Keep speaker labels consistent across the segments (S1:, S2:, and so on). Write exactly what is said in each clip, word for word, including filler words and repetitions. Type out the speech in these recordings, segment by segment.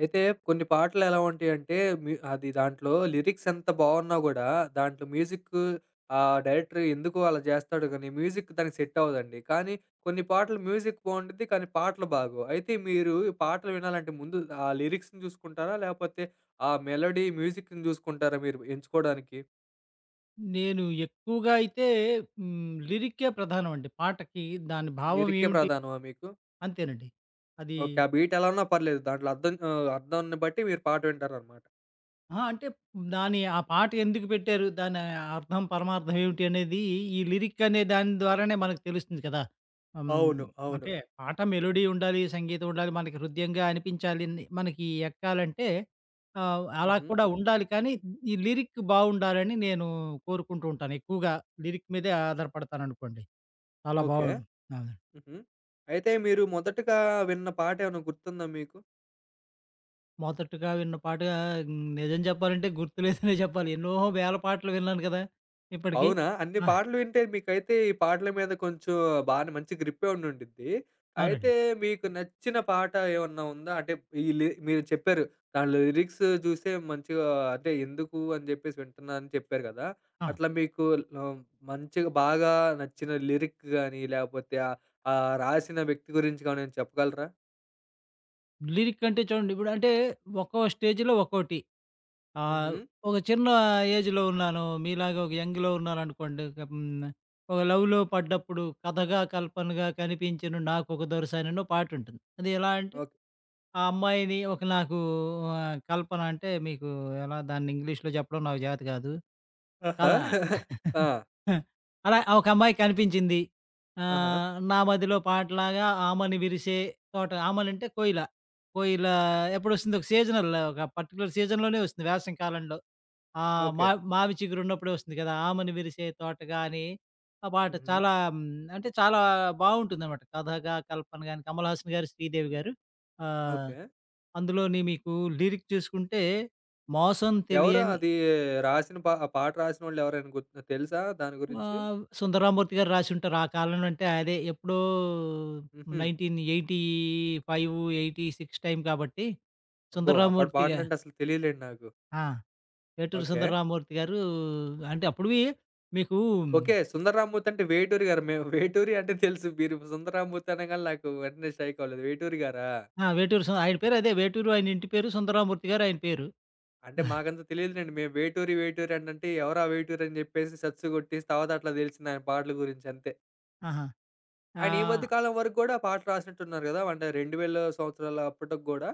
S1: అయితే కొన్ని పాటలెలా ఉంటాయంటే, మ్యూ అది దాంట్లో లిరిక్స్ ఎంత బావున్నా గూడా, దాంట్లో మ్యూజిక్ ఆహ్, డైరెక్టర్ ఎందుకో అలా జేస్తాడు గానీ, మ్యూజిక్ దానికి సెట్ అవ్వదండి. కానీ కొన్ని పాటలు మ్యూజిక్ బావుండిద్ది, కానీ పాటలు బాగోవు. అయితే మీరు ఈ పాటలు వినాలంటే ముందు ఆ లిరిక్స్‌ని జూసుకుంటారా? లేపోతే ఆ మెలోడీ, మ్యూజిక్‌ని జూసుకుంటారా మీరు ఎంచుకోడానికి?
S2: నేను ఎక్కువగా అయితే హ్మ్. లిరిక్కే ప్రధానమండి. పాటకి దాని భావం
S1: లిరిక్కే
S2: ఏమిటి?
S1: ప్రధానమా మీకు?
S2: అంతేనండి. అది
S1: ఓకే. ఆ బీట్ ఎలా ఉన్నా పర్లేదు. దాంట్లో అర్థం ఆహ్, అర్థాన్ని బట్టి మీరు పాట వింటారనమాట.
S2: అహా! అంటే దాని ఆ పాట ఎందుకు పెట్టారు? దాని అర్థం, పరమార్థం ఏమిటి అనేది ఈ లిరిక్ అనే దాని ద్వారానే మనకు తెలుస్తుంది కదా! హ్మ్.
S1: అవును. అవును.
S2: అంటే పాట మెలోడీ ఉండాలి, సంగీతం ఉండాలి, మనకి హృద్యంగా అనిపించాలి, ని మనకి ఎక్కాలంటే ఆహ్, అలా
S1: హుహు.
S2: కూడా ఉండాలి, కానీ ఈ లిరిక్ బావుండాలని నేను కోరుకుంటూ ఉంటాను. ఎక్కువగా లిరిక్ మీదే ఆధారపడతాననుకోండి. చాలా బావు,
S1: ఓకే.
S2: అవును.
S1: హుహు. అయితే మీరు మొదటగా విన్న పాటేమైనా గుర్తుందా మీకు?
S2: మొదటగా విన్న పాట హ్మ్, నిజం చెప్పాలంటే గుర్తులేదనే చెప్పాలి. ఎన్నో వేల పాటలు విన్నాను కదా! ఇప్పటికి.
S1: అవునా? అన్ని
S2: ఆ!
S1: పాటలు వింటే మీకైతే ఈ పాటల మీద కొంచెం బానే మంచి గ్రిప్పే ఉండుండిద్ది.
S2: అవునండి.
S1: అయితే మీకు నచ్చిన పాట ఏమన్నా ఉందా? అంటే ఈ లి మీరు చెప్పారు. దాంట్లో లిరిక్స్ చూసే మంచిగా అంటే ఎందుకు అని చెప్పేసి వింటున్నా అని చెప్పారు కదా!
S2: ఆ!
S1: అట్లా మీకు ఆహ్, మంచిగా బాగా నచ్చిన లిరిక్ గాని లేకపోతే ఆహ్, ఆ రాసిన వ్యక్తి గురించి గాని చెప్పగలరా?
S2: లిరిక్ అంటే చూడండి, ఇప్పుడంటే ఒక్కో స్టేజ్‌లో ఒక్కోటి. ఆహ్,
S1: హుహు.
S2: ఒక చిన్న ఏజ్‌లో ఉన్నాను. మీలాగా ఒక యంగ్‌లో ఉన్నాననుకోండి. ఒక హ్మ్, ఒక లవ్‌లో పడ్డప్పుడు, కథగా, కల్పనగా కనిపించెను నాకొక దొరసాననో పాటుంటుంది. అది ఎలా అంటే
S1: ఓకే.
S2: ఆ అమ్మాయిని ఒక నాకు ఆహ్, కల్పన అంటే మీకు ఎలా దాన్ని ఇంగ్లీష్‌లో చెప్పడం నాకు చేత కాదు.
S1: ఆహా!
S2: కదా!
S1: ఆ!
S2: అలా ఆ ఒక అమ్మాయి కనిపించింది.
S1: ఆహా!
S2: ఆహ్, నా మదిలో పాటలాగా ఆమని విరిసే తోట, ఆమనంటే కోయిల. కోయిల ఎప్పుడొస్తుంది, ఒక సీజనల్, ఒక పర్టిక్యులర్ సీజన్‌లోనే వస్తుంది, వేసవి కాలంలో. ఆ!
S1: ఓకే.
S2: మా మావి చిగురున్నప్పుడే వస్తుంది కదా! ఆమని విరిసే తోటగా అని ఆ పాట
S1: హుహు.
S2: చాలా హ్మ్, అంటే చాలా బావుంటుందనమాట. కథ గా, కల్పన గాని కమల్ హాసన్ గారు, శ్రీదేవి గారు. ఆహ్
S1: ఓకే.
S2: అందులోని మీకు లిరిక్ చూసుకుంటే 'మోసం
S1: ఎవరు
S2: తెలియని'.
S1: అది రాసిన పా ఆ పాట రాసినోళ్ళు ఎవరైనా గుర్తు తెలుసా దాని గురించి?
S2: ఆహ్, సుందరరామూర్తి గారు రాసుంటారు. ఆ కాలంలో అంటే అదే ఎప్పుడో
S1: హుహు.
S2: పందొమ్మిది వందల ఎనభై ఐదు, ఎనభై ఆరు టైం కాబట్టి అవును.
S1: అబ్బో! అప్పటి
S2: సుందరరామూర్తిగా
S1: పాటలంటే అసలు తెలియలేండి నాకు.
S2: ఆ! వేటూరి
S1: ఓకే.
S2: సుందరరామూర్తి గారు. అంటే అప్పుడువి మీకు
S1: ఓకే. 'సుందర్‌రామ్మూర్తి' అంటే వేటూరి గారు. మేము వేటూరి అంటే తెలుసు. మీరు 'సుందర్‌రామ్మూర్తి' అనగానే నాకు వెంటనే స్ట్రైక్ అవ్వలేదు. వేటూరి గారా?
S2: ఆ! వేటూరి సు ఆయన పేరు అదే వేటూరు ఆయన ఇంటి పేరు, సుందరరామూర్తి గారు ఆయన పేరు.
S1: అంటే మాకంత తెలియదులెండి. మేము వేటూరి, వేటూరి అనంటే ఎవరా వేటూరి అని చెప్పేసి సచ్చు కొట్టేసి తర్వాత అట్లా తెలిసింది ఆయన పాటల గురించి అంతే.
S2: ఆహా!
S1: ఆయన ఈ
S2: ఆహ్,
S1: మధ్య కాలం వరకు గూడా పాటలు రాసినట్టున్నారు గదా! అంటే రెండు వేల సంవత్సరాల అప్పటికి గూడా?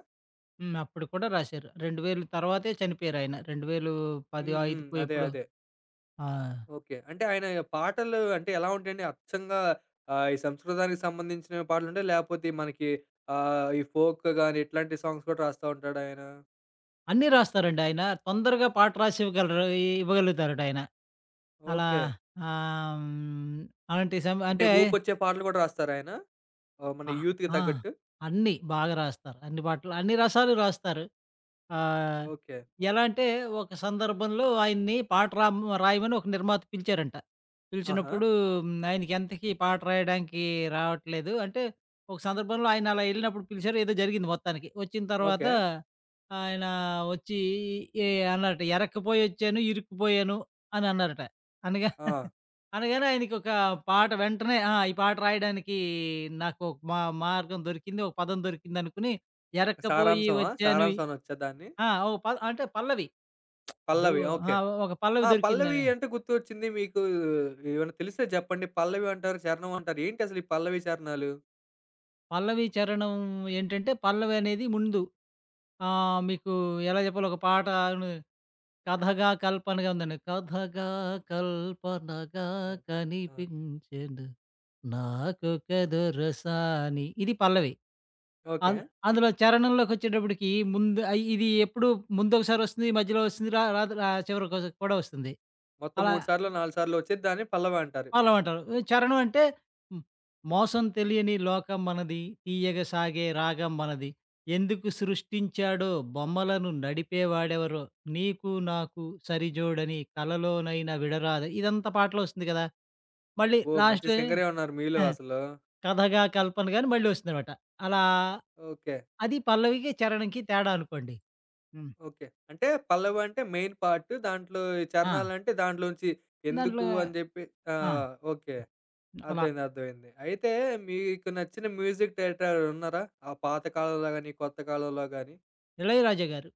S2: హ్మ్. అప్పుడు కూడా రాశారు. రెండు వేల తర్వాతే చనిపోయారు ఆయన. రెండు వేల పది,
S1: హ్మ్. హ్మ్.
S2: 5కో
S1: అదే.
S2: ఎప్పుడో.
S1: అదే.
S2: ఆ!
S1: ఓకే. అంటే ఆయన పాటలు అంటే ఎలా ఉంటాయండి? అచ్చంగా ఆహ్, ఈ సంస్కృతానికి సంబంధించిన పాటలుంటాయా? లేపోతే మనకి ఆహ్, ఈ ఫోక్ గాని ఇట్లాంటి సాంగ్స్ కూడా రాస్తా ఉంటాడా ఆయన?
S2: అన్నీ రాస్తారండి ఆయన. తొందరగా పాట రాసి ఇవ్వగలరు, ఇవ్వగలుగుతారటాయన. అలా
S1: ఓకే.
S2: ఆహ్, హ్మ్, అలాంటి సమ
S1: అంటే
S2: అంటే
S1: ఊపొచ్చే పాటలు గూడా రాస్తారా ఆయన? ఆహ్, మన
S2: ఆ!
S1: యూత్‌కి
S2: ఆ!
S1: తగ్గట్టు.
S2: అన్నీ బాగా రాస్తారు. అన్ని పాటలు అన్ని రసాలు రాస్తారు. ఆహ్,
S1: ఓకే.
S2: ఎలా అంటే ఒక సందర్భంలో ఆయన్ని పాట రామ్ రాయమని ఒక నిర్మాత పిలిచారంట.
S1: ఆహా!
S2: పిలిచినప్పుడు హ్మ్, ఆయనకి ఎంతకీ పాట రాయడానికి రావట్లేదు. అంటే ఒక సందర్భంలో ఆయన అలా ఎళ్ళినప్పుడు పిలిచారు. ఏదో జరిగింది మొత్తానికి. వచ్చిన తర్వాత
S1: ఓకే.
S2: ఆయన వచ్చి ఏ అన్నారట, "ఎరక్కపోయొచ్చాను, ఇరుక్కుపోయాను" అని అన్నారట. అనగా
S1: ఆ!
S2: అనగానే ఆయనకొక పాట వెంటనే ఆ! ఈ పాట రాయడానికి నాకు ఒక మా మార్గం దొరికింది. ఒక పదం దొరికిందనుకుని
S1: ఒక
S2: "ఎరక్కపోయి
S1: సారాంశమా?
S2: వచ్చాను".
S1: సారాంశం అనొచ్చా దాన్ని?
S2: ఆ! ఓహ్! ప అంటే పల్లవి. ఇప్పుడు
S1: పల్లవి. ఓకే.
S2: ఆ! ఒక
S1: ఆ!
S2: పల్లవి
S1: పల్లవి
S2: దొరికిందని.
S1: అంటే గుర్తొచ్చింది. మీకు ఏమైనా తెలిస్తే జెప్పండి. పల్లవి అంటారు, చరణం అంటారు. ఏంటసలు ఈ పల్లవి, చరణాలు?
S2: పల్లవి చరణం ఏంటంటే, పల్లవి అనేది ముందు ఆహ్, మీకు ఎలా చెప్పాలో, ఒక పాటను కథగా, కల్పనగా ఉందండి. కథగా, కల్పనగా
S1: ఆ!
S2: కనిపించెను నాకు కదురసాని, ఇది పల్లవి. అం
S1: ఓకే.
S2: అందులో చరణంలోకొచ్చేటప్పటికి ముందు ఆహ్, ఇది ఎప్పుడు ముందొకసారి వస్తుంది, మధ్యలో వస్తుంది, రా రాదు రా చివరికి కూడా వస్తుంది.
S1: మొత్తం
S2: అలా
S1: మూడు సార్లో, నాలుగు సార్లో వచ్చేది దాన్ని పల్లవ అంటారు.
S2: పాలం అంటారు. ఏ చరణం అంటే హ్మ్, మోసం తెలియని లోకం మనది, తీయగా సాగే రాగం మనది. ఎందుకు సృష్టించాడో బొమ్మలను నడిపేవాడెవరో, నీకు నాకు సరిజోడని కలలోనైనా విడరాద. ఇదంతా పాటలో వస్తుంది కదా! మళ్ళీ
S1: అబ్బో! మంచి
S2: లాస్ట్‌లో
S1: సింగరే ఉన్నారు మీలో
S2: ఆ!
S1: అసలు.
S2: కథగా కల్పనగా అని మళ్ళీ వస్తుందనమాట. అలా
S1: ఓకే.
S2: అది పల్లవికి, చరణంకి తేడా అనుకోండి. హ్మ్.
S1: ఓకే. అంటే పల్లవ అంటే మెయిన్ పార్ట్. దాంట్లో ఈ
S2: ఆ!
S1: చరణాలంటే దాంట్లోంచి ఎందుకు
S2: దాంట్లో
S1: అని చెప్పి ఆ!
S2: ఆ!
S1: ఓకే.
S2: అలా
S1: అర్థమైంది. అర్థమైంది. అయితే మీకు నచ్చిన మ్యూజిక్ డైరెక్టర్ ఎవరైనా ఉన్నారా? ఆ పాత కాలంలో గాని, కొత్త కాలంలో గాని?
S2: ఇళయరాజా గారు.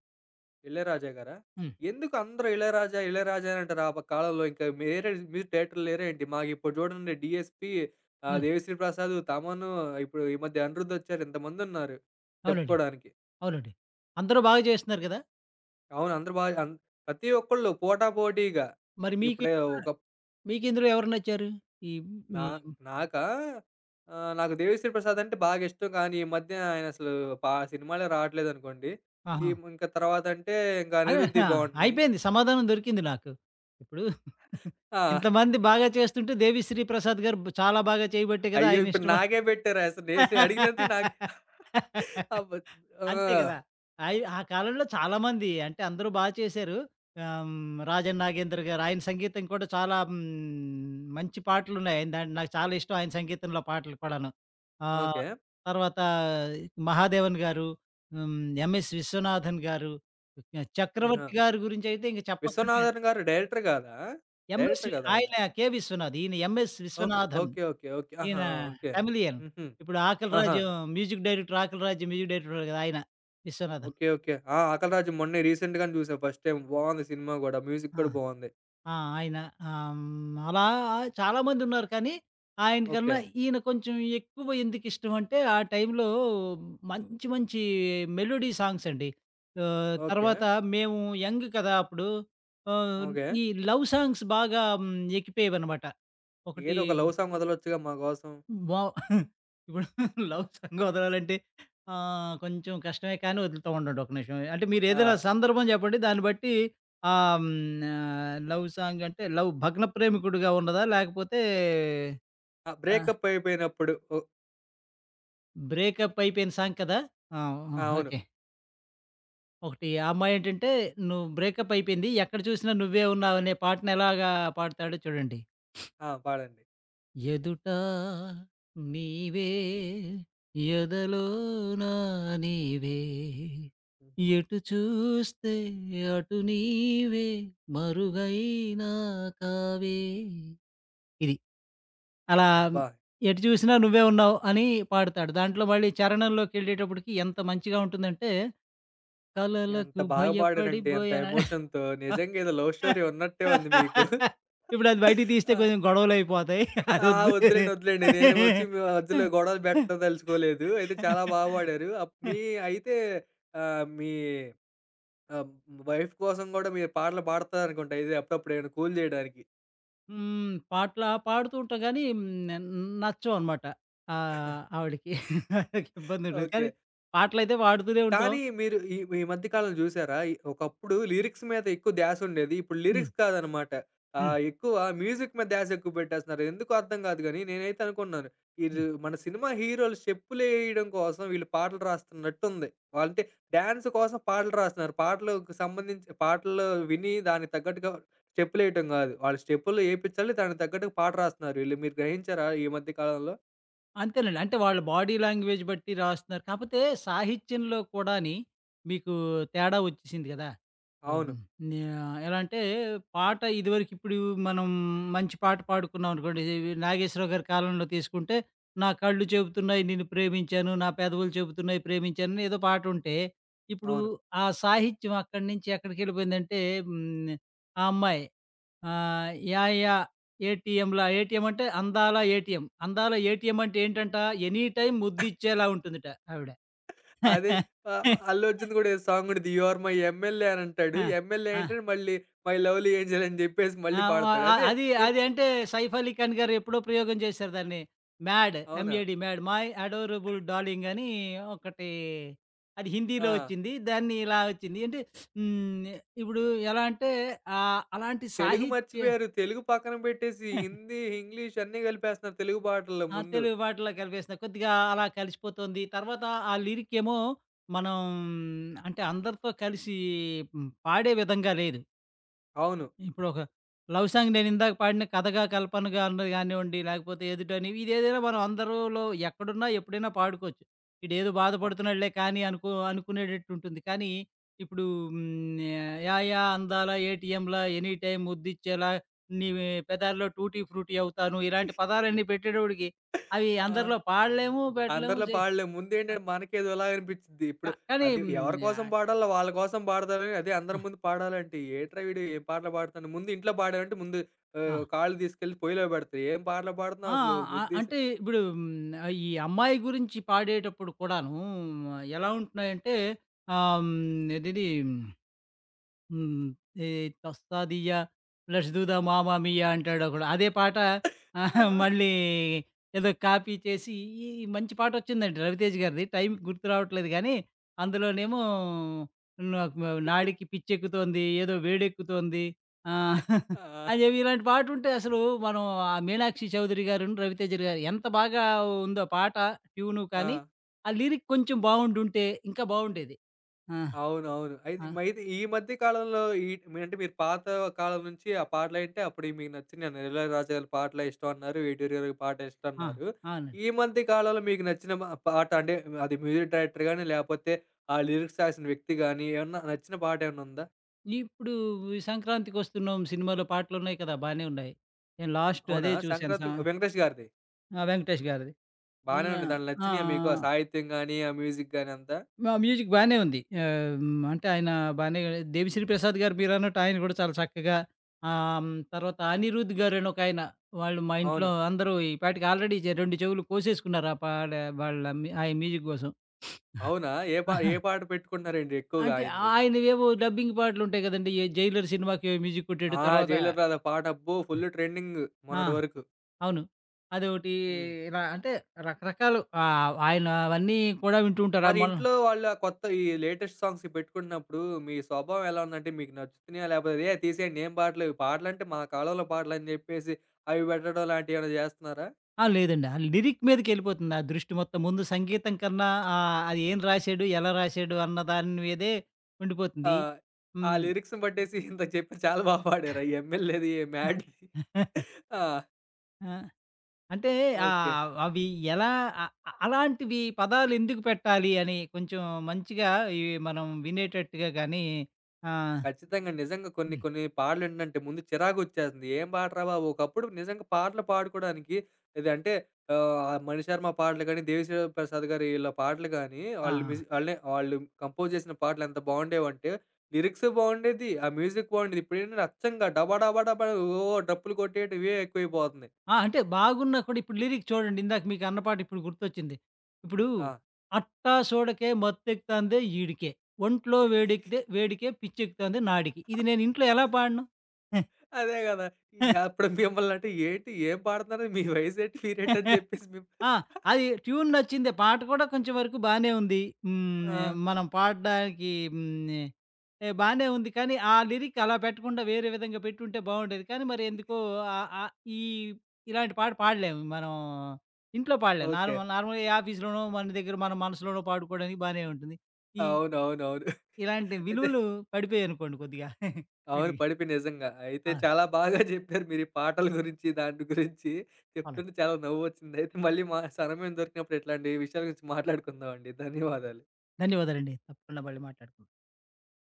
S1: ఇళయరాజా గారా?
S2: హ్మ్.
S1: ఎందుకు అందరూ ఇళయరాజా, ఇళయరాజా అని అంటారు. ఆ ప కాలంలో ఇంకా వేరే మ్యూజిక్ డైరెక్టర్లు లేరేంటి? మాకిప్పుడు చూడండి 'డీఎస్‌పీ', ఆహ్,
S2: హ్మ్.
S1: 'దేవిశ్రీ ప్రసాద్', 'తమన్', ఇప్పుడు ఈ మధ్య 'అనిరుద్' వచ్చారు. ఇంతమందున్నారు
S2: అవునండి.
S1: చెప్పుకోడానికి.
S2: అవునండి. అందరూ బాగా చేస్తున్నారు కదా!
S1: అవును. అందరూ బాగా అన్ ప్రతి ఒక్కళ్ళు పోటాపోటీగా
S2: మరి మీకు
S1: ఇప్పుడే ఒక
S2: మీకిందులో ఎవరు నచ్చారు? ఈ
S1: నా
S2: ఈ
S1: నాకా ఆహ్, నాకు 'దేవిశ్రీ ప్రసాద్' అంటే బాగా ఇష్టం. కానీ ఈ మధ్య ఆయన అసలు పా సినిమాలే రావట్లేదనుకోండి. ఈ
S2: ఆహా!
S1: ఇంకా తర్వాత అంటే ఇంకా
S2: అదే
S1: 'అనిరుద్‌యి'
S2: ఆ!
S1: బావుంటున్నాయి.
S2: అయిపోయింది. సమాధానం దొరికింది నాకు. ఇప్పుడు
S1: ఆ!
S2: ఇంతమంది బాగా చేస్తుంటే దేవిశ్రీ ప్రసాద్ గారు బ్ చాలా బాగా చేయబట్టే కదా!
S1: అయ్యో!
S2: ఆయన
S1: ఇప్పుడు
S2: ఇష్టమ
S1: నాకే పెట్టారు. అసలు నేను అడిగినందుకు నాకు అబద్ ఆ!
S2: అంతే కదా! అయి ఆ కాలంలో చాలామంది అంటే అందరూ బా చేశారు. ఆహ్, హ్మ్, 'రాజన్ నాగేంద్ర' గారు ఆయన సంగీతం కూడా చాలా హ్మ్, మంచి పాటలున్నాయి. ఆయన దాంట్లో నాకు చాలా ఇష్టం, ఆయన సంగీతంలో పాటలు కూడాను. ఆహ్,
S1: ఓకే.
S2: తర్వాత 'మహాదేవన్' గారు, హ్మ్, 'ఎంఎస్ విశ్వనాథన్' గారు,
S1: ఆహా!
S2: 'చక్రవర్తి' గారి గురించైతే ఇంక చెప్పక్కర్లేదు.
S1: 'విశ్వనాథన్' గారు డైరెక్టర్ గాదా?
S2: 'ఎంఎస్'
S1: డైరెక్టర్
S2: వి-
S1: గాదా ఆయన?
S2: ఆయన 'కె. విశ్వనాథ్', ఈయన 'MS
S1: okay.
S2: Viswanathan'.
S1: Okay. Okay. Okay. ఆహా!
S2: ఈయన
S1: ఓకే.
S2: తమిళియన్.
S1: హుహు.
S2: ఇప్పుడు 'ఆకలి
S1: ఆహా!
S2: రాజు' మ్యూజిక్ డైరెక్టర్, 'ఆకలి రాజు' మ్యూజిక్ డైరెక్టర్ కదా! ఆయన విశ్వనాథన్.
S1: ఓకే. ఓకే. ఆ! 'ఆకలరాజు' మొన్నే రీసెంట్ గానే చూసా ఫస్ట్ టైమ్. బావుంది సినిమా గూడా. మ్యూజిక్
S2: ఆ!
S1: కూడా బావుంది.
S2: ఆ! ఆయన ఆహ్, హ్మ్, అలా చాలామందున్నారు కానీ,
S1: ఓకే.
S2: ఆయనకన్నా ఈయన కొంచెం ఎక్కువ ఎందుకిష్టం అంటే, ఆ టైంలో మంచి మంచి మెలోడీ సాంగ్స్ అండి. ఆహ్,
S1: ఓకే.
S2: తర్వాత మేము యంగ్ కదా! అప్పుడు. ఆహ్,
S1: ఓకే.
S2: ఈ లవ్ సాంగ్స్ బాగా హ్మ్, ఎక్కిపోయేవనమాట. ఒకటి
S1: ఏదో ఒక లవ్ సాంగ్ వదలొచ్చుగా మా కోసం.
S2: వావ్! ఇప్పుడు లవ్ సాంగ్ వదలాలంటే ఆహ్, కొంచెం కష్టమే కానీ వదులుతా ఉండండి, ఒక నిమిషం. అంటే
S1: ఆ!
S2: మీరేదైనా సందర్భం చెప్పండి. దాన్ని బట్టి ఆహ్, హ్మ్. ఆహ్, లవ్ సాంగ్ అంటే లవ్ భగ్న ప్రేమికుడుగా ఉన్నదా? లేకపోతే
S1: ఆ!
S2: ఆహ్,
S1: బ్రేకప్ అయిపోయినప్పుడు. ఓ
S2: బ్రేకప్ అయిపోయిన సాంగ్ కదా! ఆ!
S1: అవును.
S2: ఓకే. ఒకటి ఆ అమ్మాయేంటంటే, "నువ్వు బ్రేకప్ అయిపోయింది ఎక్కడ చూసినా నువ్వే ఉన్నావు" అనే పాటను ఎలాగా పాడతాడో చూడండి.
S1: ఆ! పాడండి.
S2: ఎదుట నీవే, ఎదలోన నీవే,
S1: హుహు.
S2: ఎటు చూస్తే అటు నీవే, మరుగైనా కావే. ఇది అలా
S1: అబ్బా!
S2: ఎటు చూసినా నువ్వే ఉన్నావు అని పాడతాడు. దాంట్లో మళ్ళీ చరణంలోకెళ్ళేటప్పటికి ఎంత మంచిగా ఉంటుందంటే
S1: ఎంత
S2: కలలకు
S1: బాగా పాడారంటే! ఎంత
S2: భయపడిపోయానని.
S1: ఎమోషన్‌తో. నిజంగా ఏదో లవ్ స్టోరీ ఉన్నట్టే ఉంది మీకు.
S2: ఇప్పుడది బయటికి తీస్తే
S1: ఆ!
S2: కొంచెం గొడవలయిపోతాయి.
S1: ఆ!
S2: అదొద్దు.
S1: వద్దులేండి, వద్దులేండి. నేను వచ్చి మీ మధ్యలో గొడవలు పెట్టదలుచుకోలేదు. అయితే చాలా బాగా పాడారు. అప్ మీ అయితే ఆహ్, మీ ఆహ్, వైఫ్ కోసం గూడా మీరు పాటలు పాడతారనుకుంటా. ఇది అప్పుడప్పుడు ఏమైనా కూల్ జేయడానికి.
S2: హ్మ్. పాటల పాడుతూ ఉంటాం గానీ న నచ్చవనమాట. ఆహ్, ఆవిడకి. ఇబ్బందుంటది.
S1: ఓకే.
S2: కానీ పాటలైతే పాడుతూనే ఉంటాం.
S1: కానీ మీరు ఈ ఈ మధ్య కాలంలో చూసారా? ఈ ఒకప్పుడు లిరిక్స్ మీద ఎక్కువ ధ్యాస ఉండేది. ఇప్పుడు
S2: హ్మ్.
S1: లిరిక్స్ కాదనమాట.
S2: హ్మ్.
S1: ఆహ్, ఎక్కువ మ్యూజిక్ మీద ధ్యాస ఎక్కువ పెట్టేస్తున్నారు. ఎందుకో అర్థం కాదు గానీ, నేనైతే అనుకున్నాను. ఈళ్ళు మన సినిమా హీరోలు స్టెప్పులేయడం కోసం వీళ్ళు పాటలు రాస్తున్నట్టుంది. వాళ్ళంటే డాన్స్ కోసం పాటలు రాస్తున్నారు. పాటలకు సంబంధించి పాటలు విని దానికి తగ్గట్టుగా స్టెప్పులేయటం కాదు. వాళ్ళు స్టెప్పులు ఏపిచ్చాలి. దానికి తగ్గట్టుగా పాట రాస్తున్నారు వీళ్ళు. మీరు గ్రహించారా ఈ మధ్య కాలంలో?
S2: అంతేనండి. అంటే వాళ్ళ బాడీ లాంగ్వేజ్ బట్టి రాస్తున్నారు. కాపోతే సాహిత్యంలో కూడాని మీకు తేడా వచ్చేసింది గదా!
S1: అవును.
S2: హ్మ్. యాహ్! ఎలా అంటే పాట ఇదివరకు ఇప్పుడు మనం మంచి పాట పాడుకున్నాం అనుకోండి. ఇవి నాగేశ్వరరావు గారి కాలంలో తీసుకుంటే, "నా కళ్ళు చెబుతున్నాయి నిన్ను ప్రేమించాను. నా పెదవులు చెబుతున్నాయి ప్రేమించాను" అని ఏదో పాటుంటే, ఇప్పుడు
S1: అవును.
S2: ఆ సాహిత్యం అక్కడి నుంచి ఎక్కడికెళ్ళిపోయిందంటే హ్మ్. ఆ అమ్మాయి ఆ! యాహ్! యాహ్! ఏటీఎంలా, ఏటీఎం అంటే అందాల ఏటీఎం. అందాల ఏటీఎం అంటే ఏంటంట, ఎనీ టైమ్ ముద్దిచ్చేలా ఉంటుందట ఆవిడ.
S1: అదే ఆహ్, అల్లర్జున్‌ది గూడా ఏదో సాంగ్ ఉండిద్ది. 'యు ఆర్ మై ఎమ్మెల్యే' అని అంటాడు.
S2: ఆ!
S1: ఎమ్మెల్యే
S2: ఆ!
S1: అంటేనే మళ్ళీ 'మై లవ్లీ ఏంజెల్' అని జెప్పేసి మళ్ళీ
S2: ఆ! వ
S1: పాడతాడు.
S2: ఆహ్,
S1: అదే
S2: అది
S1: నేను.
S2: అది అంటే సైఫ్ అలీ ఖాన్ గారు ఎప్పుడో ప్రయోగం చేశారు దాన్ని. మ్యాడ్
S1: అవునా?
S2: M A D mad, my adorable darling అని ఒకటి, అది
S1: ఆ!
S2: హిందీలో వచ్చింది. దాన్ని ఇలా వచ్చింది. అంటే హ్మ్. ఇప్పుడు ఎలా అంటే ఆహ్, అలాంటి
S1: తెలుగు
S2: సాహిత్య
S1: మర్చిపోయారు. తెలుగు పక్కన పెట్టేసి హిందీ, ఇంగ్లీష్ అన్నీ కలిపేస్తున్నారు తెలుగు పాటల్లో
S2: ఆ!
S1: ముందు.
S2: తెలుగు పాటల్లో కలిపేస్తున్నా. కొద్దిగా అలా కలిసిపోతుంది. తర్వాత ఆ లిరిక్ ఏమో మనం అంటే అందరితో కలిసి హ్మ్, పాడే విధంగా లేదు.
S1: అవును.
S2: ఇప్పుడొక లవ్ సాంగ్ నేనిందాక పాడిన 'కథగా కల్పనగా' అన్నది గానివ్వండి, లేకపోతే 'ఎదుటని' ఇదేదైనా మనం అందరూలో ఎక్కడున్నా, ఎప్పుడైనా పాడుకోవచ్చు. ఈడేదో
S1: అవ్
S2: బాధపడుతున్నాడులే కానీ అనుకో అనుకునేటట్టుంటుంది. కానీ ఇప్పుడు హ్మ్, యాయా అందాల ఏటీఎంలా, ఎనీ టైమ్ ముద్దిచ్చేలా, నీ పెదాల్లో టూటీ ఫ్రూటీ అవుతాను, ఇలాంటి పదాలన్నీ పెట్టేటోడికి అవి
S1: ఆ!
S2: అందరిలో పాడలేము, పెట్టలేము,
S1: అందరిలా
S2: చెయ్
S1: పాడలేము.
S2: ఆ!
S1: ముందేంటంటే మనకేదోలా అనిపిచ్చిద్ది.
S2: కా
S1: ఇప్పుడు
S2: కానీ
S1: అది
S2: హ్మ్,
S1: ఎవరి కోసం
S2: ఆహ్,
S1: పాడాలో వాళ్ళ కోసం పాడతారు గానీ, అదే అందరి
S2: ఆ!
S1: ముందు పాడాలంటే ఏట్రా వీడు ఏం పాటలు పాడుతున్నాడు. ముందు ఇంట్లో పాడావంటే ముందు ఆహ్,
S2: ఆ!
S1: కాళ్ళు తీసుకెళ్ళి పొయ్యిలో పెడతారు. ఏం పాటలు పాడుతున్నావు
S2: ఆ!
S1: అసలు
S2: ఆహ్,
S1: బుద్ధి.
S2: అంటే ఇప్పుడు హ్మ్. ఆహ్, ఈ అమ్మాయి గురించి పాడేటప్పుడు కూడాను ఎలా ఉంటున్నాయంటే ఆహ్, హ్మ్. అదేది హ్మ్. ఈ 'తోస్తా దియ్యా' ప్లస్ 'దూదా మామా మియా' అంటాడొకడు. అదే పాట ఆ,
S1: ఆ!
S2: మళ్ళీ ఏదో కాపీ చేసి ఈ మంచి పాటొచ్చిందండి 'రవితేజ' గారిది. టైంకి గుర్తు రావట్లేదు గానీ, అందులోనేమో నాకు మ నాడికి పిచ్చెక్కుతోంది, ఏదో వేడెక్కుతోంది ఆహ్,
S1: ఆ!
S2: అని చెప్పి ఇలాంటి పాటుంటే అసలు మనం ఆ మీనాక్షి చౌదరి గారును, రవితేజ గారు ఎంత బాగా ఉందో పాట, ట్యూను కానీ,
S1: ఆ!
S2: ఆ లిరిక్ కొంచెం బావుండుంటే ఇంకా బావుండేది. ఆ!
S1: అవునవును. అయితే
S2: ఆ!
S1: మరైతే ఈ మధ్య కాలంలో ఈ అంటే మీరు పాత కాలం నుంచి ఆ పాటలంటే అప్పుడు మీకు నచ్చిన 'ఇళయరాజా' గారి పాటలే ఇష్టం అన్నారు. ఎన్టీఆర్ గారి పాట ఇష్టం
S2: ఆ!
S1: అన్నారు.
S2: అవునండి.
S1: ఈ మధ్య కాలంలో మీకు నచ్చిన మ పాట అంటే అది మ్యూజిక్ డైరెక్టర్ గాని, లేపోతే ఆ లిరిక్స్ రాసిన వ్యక్తి గాని ఏమన్నా నచ్చిన పాట ఏమన్నా ఉందా?
S2: ఇప్పుడు ఈ 'సంక్రాంతికొస్తున్నాం' సినిమాలో పాటలున్నాయి కదా! బానే ఉన్నాయి. నేను లాస్ట్
S1: అవునా?
S2: అదే చూశాను
S1: సంక్రాంతి
S2: సా
S1: 'వెంకటేష్' గారిది.
S2: ఆ! 'వెంకటేష్' గారిది.
S1: బానే
S2: హ్మ్. ఆ!
S1: ఉంది. దాంట్లో
S2: ఆ!
S1: నచ్చినియా మీకు ఆ సాహిత్యం గాని, ఆ మ్యూజిక్ గాని అంతా?
S2: ఆ! మ్యూజిక్ బానే ఉంది. ఆహ్, హ్మ్. అంటే ఆయన బానే 'దేవిశ్రీ ప్రసాద్' గారు మీరన్నట్టు ఆయన కూడా చాలా చక్కగా ఆహ్, హ్మ్. తర్వాత 'అనిరుద్' గారని ఒకాయన వాళ్ళు మా ఇంట్లో
S1: అవును.
S2: అందరూ ఈ పాటికి ఆల్రెడీ చె రెండు చెవులు కోసేసుకున్నారు. ఆ పాడ వాళ్ళ మ్యూ ఆయన మ్యూజిక్ కోసం.
S1: అవునా? ఏ పా
S2: ఆహా.
S1: ఏ పాట పెట్టుకుంటున్నారేంటి ఎక్కువగా
S2: అంటే
S1: ఆయనది?
S2: ఆయనవేవో డబ్బింగ్ పాటలుంటాయి కదండీ! ఏ 'జైలర్' సినిమాకి మ్యూజిక్ కొట్టాడు.
S1: ఆ!
S2: తర్వాత
S1: 'జైలర్ రాదా' పాట అబ్బో! ఫుల్ ట్రెండింగ్
S2: ఆ!
S1: మొన్నటి వరకు.
S2: అవును. అదోటి
S1: హ్మ్.
S2: ఇలా అంటే రకరకాలు ఆహ్, ఆయన అవన్నీ కూడా వింటూ ఉంటారా?
S1: మరి
S2: మొన్న
S1: ఇంట్లో వాళ్ళు ఆ కొత్త ఈ లేటెస్ట్ సాంగ్స్ పెట్టుకుంటున్నప్పుడు మీ స్వభావం ఎలా ఉందంటే మీకు నచ్చుతున్నాయా? లేకపోతే ఏ తీసేయండి ఏం పాటలేవు. పాటలంటే మా కాలంలో పాటలని జెప్పేసి అవి పెట్టడం లాంటివి ఏమైనా జేస్తున్నారా?
S2: ఆ! లేదండి. ఆ లిరిక్ మీదకెళ్ళిపోతుంది ఆ దృష్టి మొత్తం. ముందు సంగీతం కన్నా ఆహ్, అది ఏం రాశాడు? ఎలా రాశాడు? అన్న దాని మీదే
S1: ఆ!
S2: ఉండిపోతుంది.
S1: ఆ
S2: హ్మ్.
S1: లిరిక్స్‌ని బట్టేసి ఇందాక చెప్పారు చాలా బా పాడారు. ఆ 'ఎమ్మెల్యేది మ్యాడ్'. ఆ!
S2: ఆ! అంటే
S1: ఓకే.
S2: ఆహ్, అవి ఎలా అ అలాంటివి పదాలు ఎందుకు పెట్టాలి అని కొంచెం మంచిగా ఇవి మనం వినేటట్టుగా గాని ఆహ్,
S1: ఖచ్చితంగా. నిజంగా కొన్ని
S2: హ్మ్.
S1: కొన్ని పాటలేంటంటే ముందు చిరాకొచ్చేస్తుంది. ఏం పాటరా బాబు! ఒకప్పుడు నిజంగా పాటలు పాడుకోవడానికి ఇదంటే ఆహ్, మణిశర్మ పాటలు గాని, దేవిశ్రీప్రసాద్ గారి ఈళ్ళ పాటలు గాని,
S2: ఆ!
S1: వాళ్ళు మ్యూజిక్ వాళ్ళే వాళ్ళు కంపోజ్ చేసిన పాటలు ఎంత బాగుండేవంటే లిరిక్స్ బాగుండేది. ఆ మ్యూజిక్ బాగుండేది. ఇప్పుడేంటంటే అచ్చంగా డబా డబా డబా ఓ డప్పులు కొట్టేయటం ఇవే ఎక్కువైపోతున్నాయి.
S2: ఆ! అంటే బాగున్నా కూడా ఇప్పుడు లిరిక్ చూడండి. ఇందాక మీకు అన్న పాట ఇప్పుడు గుర్తొచ్చింది. ఇప్పుడు
S1: ఆ!
S2: అట్టా సోడకే మత్తెక్కుతాందే ఈడికే, ఒంట్లో వేడెక్కితే వేడికే పిచ్చెక్కుతాంది నాడికి. ఇది నేను ఇంట్లో ఎలా పాడను?
S1: అదే గదా! ఇన్ అప్పుడు మిమ్మల్నంటే ఏంటి ఏం పాడుతున్నారు? మీ వయసేంటి? మీరేంటని చెప్పేసి మేము.
S2: ఆ! అది ట్యూన్ నచ్చిందే. పాట కూడా కొంచెం వరకు బానే ఉంది. హ్మ్.
S1: ఆ!
S2: మనం పాడడానికి హ్మ్. ఏ బానే ఉంది. కానీ ఆ లిరిక్ అలా పెట్టకుండా వేరే విధంగా పెట్టుంటే బావుండేది. కానీ మరి ఎందుకో ఆహ్, ఆహ్, ఈ ఇలాంటి పాట పాడలేము. మనం ఇంట్లో పాడలేము.
S1: ఓకే.
S2: నార్మల్ నార్మల్‌గా ఏ ఆఫీస్‌లోనో మన దగ్గర మన మనసులోనో పాడుకోవడానికి బానే ఉంటుంది. ఈ
S1: అవునవునవును.
S2: ఇలాంటి
S1: అయితే
S2: విలువలు పడిపోయాయనుకోండి కొద్దిగా
S1: అవును.
S2: వీటికి.
S1: పడిపి నిజంగా. అయితే
S2: ఆ!
S1: చాలా బాగా జెప్పారు మీరు ఈ పాటల గురించి, దాంటి గురించి
S2: అవునండి.
S1: చెప్తుంటే చాలా నవ్వొచ్చింది. అయితే మళ్ళీ మా సమయం దొరికినప్పుడు ఇట్లాంటి విషయాల గురించి మాట్లాడుకుందామండి. ధన్యవాదాలు.
S2: ధన్యవాదాలండి. తప్పకుండా మళ్ళీ మాట్లాడుకుందాం.